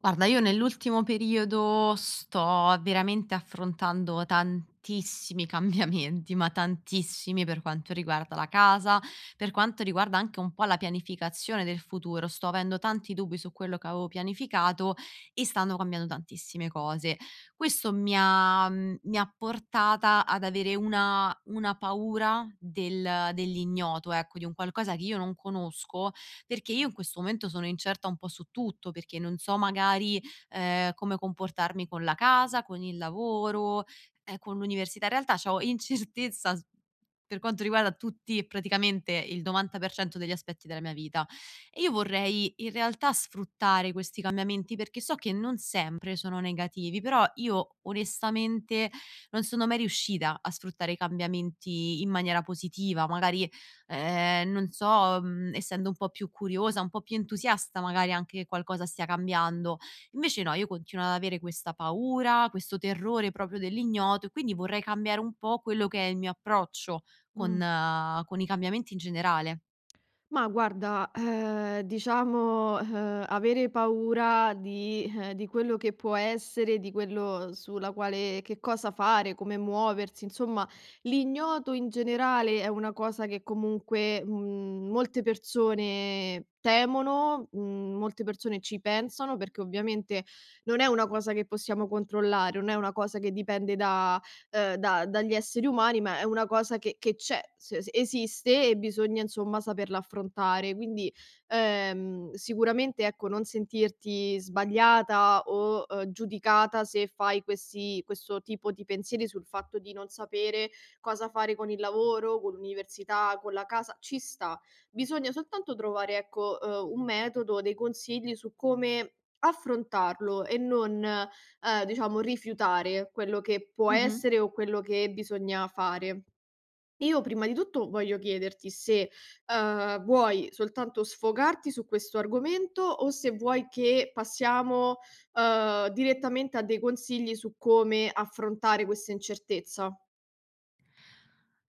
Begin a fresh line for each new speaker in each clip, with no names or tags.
Guarda, io nell'ultimo periodo sto veramente affrontando tantissimi cambiamenti, ma tantissimi per quanto riguarda la casa, per quanto riguarda anche un po' la pianificazione del futuro. Sto avendo tanti dubbi su quello che avevo pianificato e stanno cambiando tantissime cose. Questo mi ha, mi ha portata ad avere una paura del dell'ignoto, ecco, di un qualcosa che io non conosco, perché io in questo momento sono incerta un po' su tutto, perché non so magari, come comportarmi con la casa, con il lavoro, con l'università. In realtà c'ho incertezza s per quanto riguarda tutti, praticamente il 90% degli aspetti della mia vita. E io vorrei in realtà sfruttare questi cambiamenti, perché so che non sempre sono negativi, però io onestamente non sono mai riuscita a sfruttare i cambiamenti in maniera positiva. Magari, non so, essendo un po' più curiosa, un po' più entusiasta magari anche che qualcosa stia cambiando. Invece no, io continuo ad avere questa paura, questo terrore proprio dell'ignoto, e quindi vorrei cambiare un po' quello che è il mio approccio
Mh.
con i cambiamenti in generale.
Ma guarda, diciamo, avere paura di quello che può essere, di quello sulla quale che cosa fare, come muoversi, insomma, l'ignoto in generale è una cosa che comunque, mhmm, molte persone temono, mhmm, molte persone ci pensano, perché ovviamente non è una cosa che possiamo controllare, non è una cosa che dipende da dagli esseri umani, ma è una cosa che c'è, se s esiste e bisogna insomma saperla affrontare. Quindi, sicuramente ecco, non sentirti sbagliata o, giudicata se fai questi questo tipo di pensieri sul fatto di non sapere cosa fare con il lavoro, con l'università, con la casa, ci sta. Bisogna soltanto trovare ecco, un metodo, dei consigli su come affrontarlo e non. Diciamo rifiutare quello che può
Mh-mh.
essere o quello che bisogna fare. Io prima di tutto voglio chiederti se, vuoi soltanto sfogarti su questo argomento o se vuoi che passiamo, direttamente a dei consigli su come affrontare questa incertezza.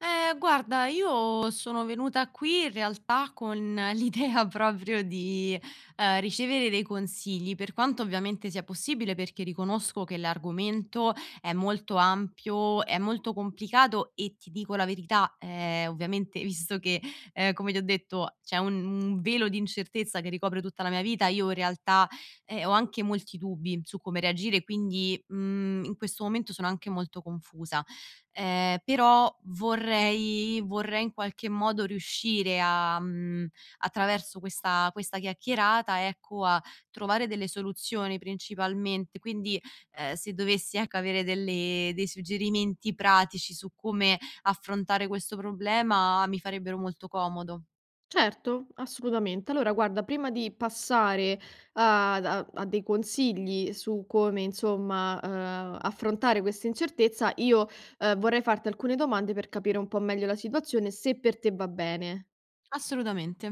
Guarda, io sono venuta qui in realtà con l'idea proprio di, ricevere dei consigli, per quanto ovviamente sia possibile, perché riconosco che l'argomento è molto ampio, è molto complicato, e ti dico la verità, ovviamente visto che, come ti ho detto, c'è un velo di incertezza che ricopre tutta la mia vita. Io in realtà, ho anche molti dubbi su come reagire, quindi, in questo momento sono anche molto confusa. Però vorrei in qualche modo riuscire a, attraverso questa chiacchierata, ecco, a trovare delle soluzioni principalmente. Quindi, se dovessi, ecco, avere delle dei suggerimenti pratici su come affrontare questo problema, mi farebbero molto comodo.
Certo, assolutamente. Allora guarda, prima di passare a dei consigli su come, insomma, affrontare questa incertezza, io, vorrei farti alcune domande per capire un po' meglio la situazione, se per te va bene.
Assolutamente.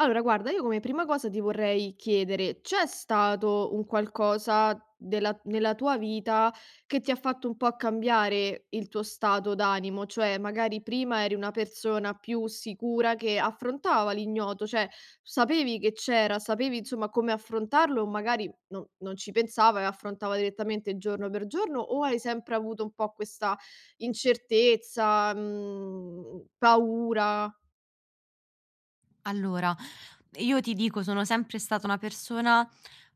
Allora guarda, io come prima cosa ti vorrei chiedere: c'è stato un qualcosa della nella tua vita che ti ha fatto un po' cambiare il tuo stato d'animo? Cioè magari prima eri una persona più sicura che affrontava l'ignoto, cioè sapevi che c'era, sapevi insomma come affrontarlo o magari non ci pensava e affrontava direttamente giorno per giorno, o hai sempre avuto un po' questa incertezza, mhmm, paura?
Allora, io ti dico, sono sempre stata una persona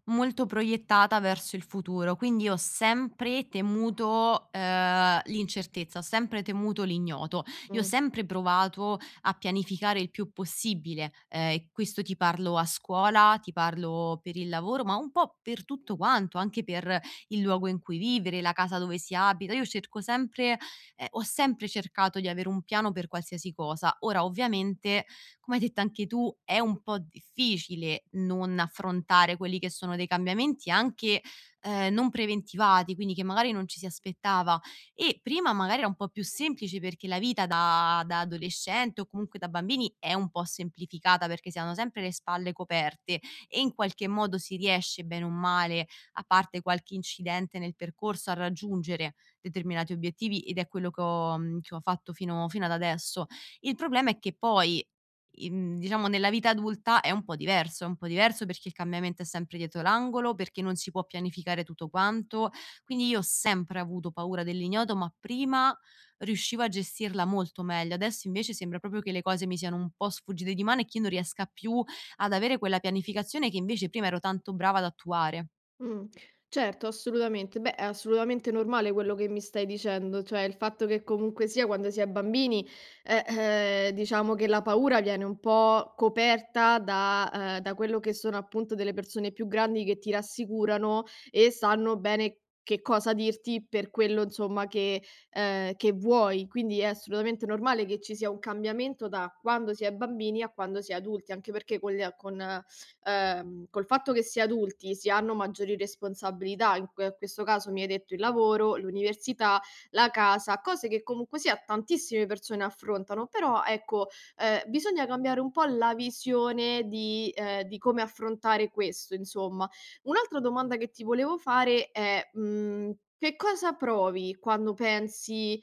molto proiettata verso il futuro, quindi ho sempre temuto, l'incertezza, ho sempre temuto l'ignoto. Io ho
Mh.
sempre provato a pianificare il più possibile, e questo ti parlo a scuola, ti parlo per il lavoro, ma un po' per tutto quanto, anche per il luogo in cui vivere, la casa dove si abita. Io cerco sempre, ho sempre cercato di avere un piano per qualsiasi cosa. Ora ovviamente, come hai detto anche tu, è un po' difficile non affrontare quelli che sono dei cambiamenti anche, non preventivati, quindi che magari non ci si aspettava. E prima magari era un po' più semplice perché la vita da adolescente o comunque da bambini è un po' semplificata, perché si hanno sempre le spalle coperte e in qualche modo si riesce bene o male, a parte qualche incidente nel percorso, a raggiungere determinati obiettivi, ed è quello che ho, che ho fatto fino ad adesso. Il problema è che poi, diciamo nella vita adulta è un po' diverso, è un po' diverso perché il cambiamento è sempre dietro l'angolo, perché non si può pianificare tutto quanto. Quindi io ho sempre avuto paura dell'ignoto, ma prima riuscivo a gestirla molto meglio. Adesso invece sembra proprio che le cose mi siano un po' sfuggite di mano e che io non riesca più ad avere quella pianificazione che invece prima ero tanto brava ad attuare.
Mh. Certo, assolutamente. Beh, è assolutamente normale quello che mi stai dicendo, cioè il fatto che comunque sia quando si è bambini, diciamo che la paura viene un po' coperta da, da quello che sono appunto delle persone più grandi che ti rassicurano e sanno bene che cosa dirti per quello insomma che vuoi. Quindi è assolutamente normale che ci sia un cambiamento da quando si è bambini a quando si è adulti, anche perché con gli a con col fatto che si è adulti si hanno maggiori responsabilità, in questo caso mi hai detto il lavoro, l'università, la casa, cose che comunque sia tantissime persone affrontano, però ecco, bisogna cambiare un po' la visione di come affrontare questo insomma. Un'altra domanda che ti volevo fare è, mhmm, che cosa provi quando pensi,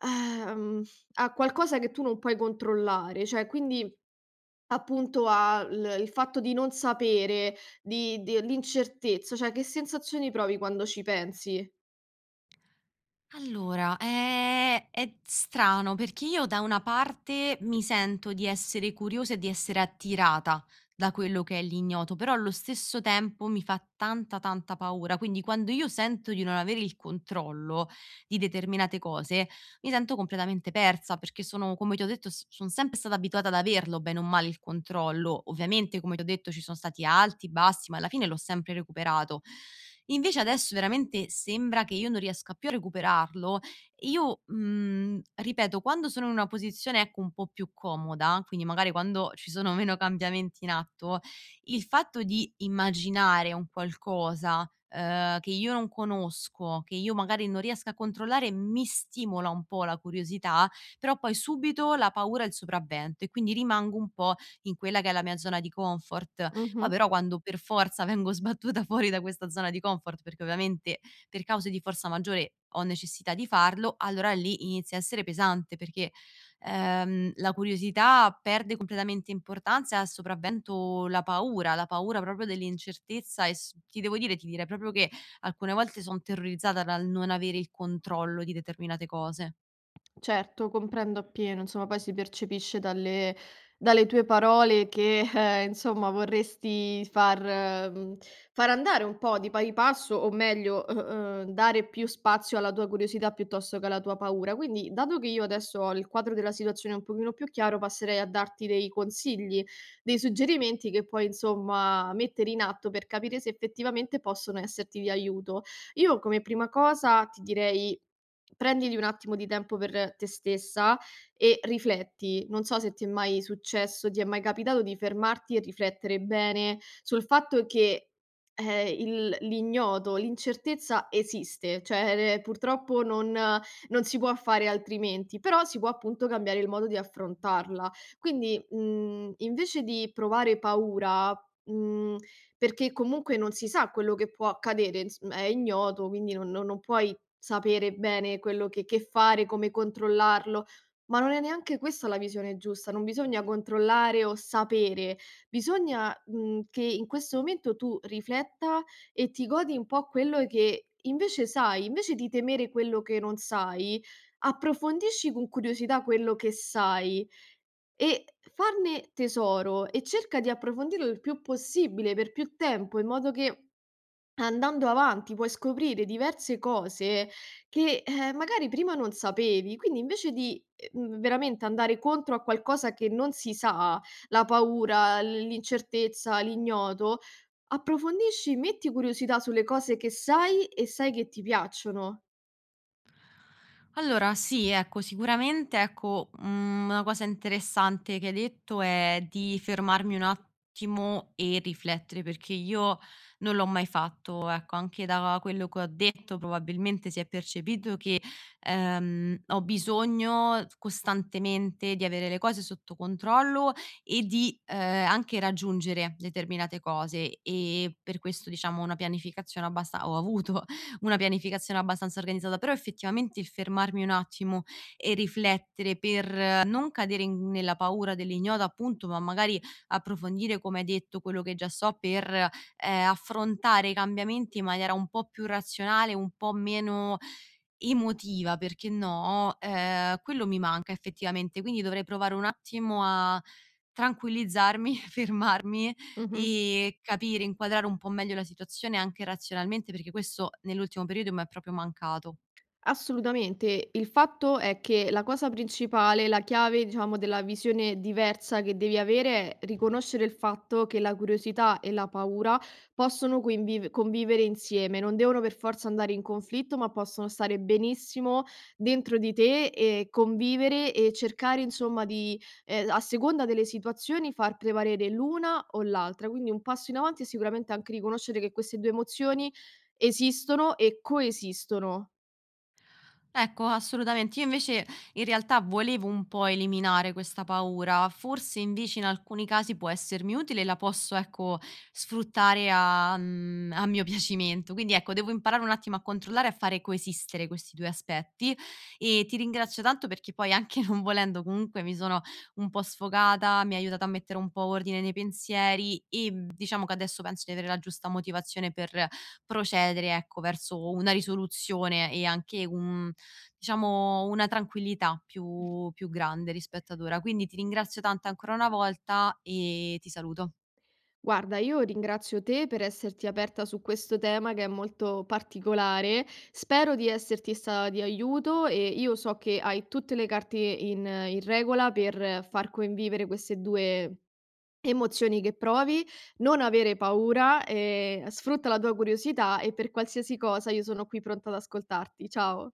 ehm, a qualcosa che tu non puoi controllare? Cioè quindi appunto al il fatto di non sapere, di l'incertezza, cioè che sensazioni provi quando ci pensi?
Allora, è strano, perché io da una parte mi sento di essere curiosa e di essere attirata da quello che è l'ignoto, però allo stesso tempo mi fa tanta paura, quindi quando io sento di non avere il controllo di determinate cose, mi sento completamente persa, perché sono, come ti ho detto, s son sempre stata abituata ad averlo bene o male il controllo. Ovviamente, come ti ho detto, ci sono stati alti, bassi, ma alla fine l'ho sempre recuperato. Invece adesso veramente sembra che io non riesca più a recuperarlo, e io, ripeto, quando sono in una posizione, ecco, un po' più comoda, quindi magari quando ci sono meno cambiamenti in atto, il fatto di immaginare un qualcosa, che io non conosco, che io magari non riesco a controllare, mi stimola un po' la curiosità, però poi subito la paura ha il sopravvento e quindi rimango un po' in quella che è la mia zona di comfort. Poi
Mh-mh.
però quando per forza vengo sbattuta fuori da questa zona di comfort, perché ovviamente per cause di forza maggiore ho necessità di farlo, allora lì inizia a essere pesante, perché la curiosità perde completamente importanza e ha sopravvento la paura proprio dell'incertezza, e s ti devo dire ti direi proprio che alcune volte son terrorizzata dal non avere il controllo di determinate cose.
Certo, comprendo appieno, insomma, poi si percepisce dalle tue parole che, insomma, vorresti far mhmm, far andare un po' di pari passo o meglio, dare più spazio alla tua curiosità piuttosto che alla tua paura. Quindi, dato che io adesso ho il quadro della situazione un pochino più chiaro, passerei a darti dei consigli, dei suggerimenti che puoi, insomma, mettere in atto per capire se effettivamente possono esserti di aiuto. Io come prima cosa ti direi: prenditi un attimo di tempo per te stessa e rifletti. Non so se ti è mai successo, ti è mai capitato di fermarti e riflettere bene sul fatto che, il l'ignoto, l'incertezza esiste, cioè, purtroppo non si può fare altrimenti, però si può appunto cambiare il modo di affrontarla. Quindi, mhmm, invece di provare paura, mhmm, perché comunque non si sa quello che può accadere, ins è ignoto, quindi non puoi sapere bene quello che fare, come controllarlo, ma non è neanche questa la visione giusta, non bisogna controllare o sapere, bisogna, mhmm, che in questo momento tu rifletta e ti godi un po' quello che invece sai. Invece di temere quello che non sai, approfondisci con curiosità quello che sai e farne tesoro e cerca di approfondirlo il più possibile, per più tempo, in modo che andando avanti puoi scoprire diverse cose che, magari prima non sapevi, quindi invece di, veramente andare contro a qualcosa che non si sa, la paura, l'incertezza, l'ignoto, approfondisci, metti curiosità sulle cose che sai e sai che ti piacciono.
Allora sì, ecco, sicuramente, ecco, una cosa interessante che hai detto è di fermarmi un attimo e riflettere, perché io non l'ho mai fatto. Ecco, anche da quello che ho detto probabilmente si è percepito che, ho bisogno costantemente di avere le cose sotto controllo e di, anche raggiungere determinate cose, e per questo, diciamo, una pianificazione abbastanza organizzata, però effettivamente il fermarmi un attimo e riflettere per, non cadere in nella paura dell'ignoto appunto, ma magari approfondire, come hai detto, quello che già so per, affrontare i cambiamenti in maniera un po' più razionale, un po' meno emotiva, perché no, quello mi manca effettivamente. Quindi dovrei provare un attimo a tranquillizzarmi, fermarmi
Mh-mh.
e capire, inquadrare un po' meglio la situazione anche razionalmente, perché questo nell'ultimo periodo mi è proprio mancato.
Assolutamente. Il fatto è che la cosa principale, la chiave, diciamo, della visione diversa che devi avere è riconoscere il fatto che la curiosità e la paura possono convivere insieme, non devono per forza andare in conflitto, ma possono stare benissimo dentro di te e convivere e cercare, insomma, di, a seconda delle situazioni, far prevalere l'una o l'altra. Quindi un passo in avanti è sicuramente anche riconoscere che queste due emozioni esistono e coesistono.
Ecco, assolutamente. Io invece in realtà volevo un po' eliminare questa paura, forse invece in alcuni casi può essermi utile e la posso, ecco, sfruttare a, a mio piacimento. Quindi ecco, devo imparare un attimo a controllare e a fare coesistere questi due aspetti, e ti ringrazio tanto perché poi anche non volendo comunque mi sono un po' sfogata, mi hai aiutato a mettere un po' ordine nei pensieri e, diciamo che adesso penso di avere la giusta motivazione per procedere, ecco, verso una risoluzione e anche un, diciamo, una tranquillità più grande rispetto ad ora. Quindi ti ringrazio tanto ancora una volta e ti saluto.
Guarda, io ringrazio te per esserti aperta su questo tema che è molto particolare. Spero di esserti stata di aiuto e io so che hai tutte le carte in regola per far convivere queste due emozioni che provi, non avere paura, sfrutta la tua curiosità e per qualsiasi cosa io sono qui pronta ad ascoltarti. Ciao.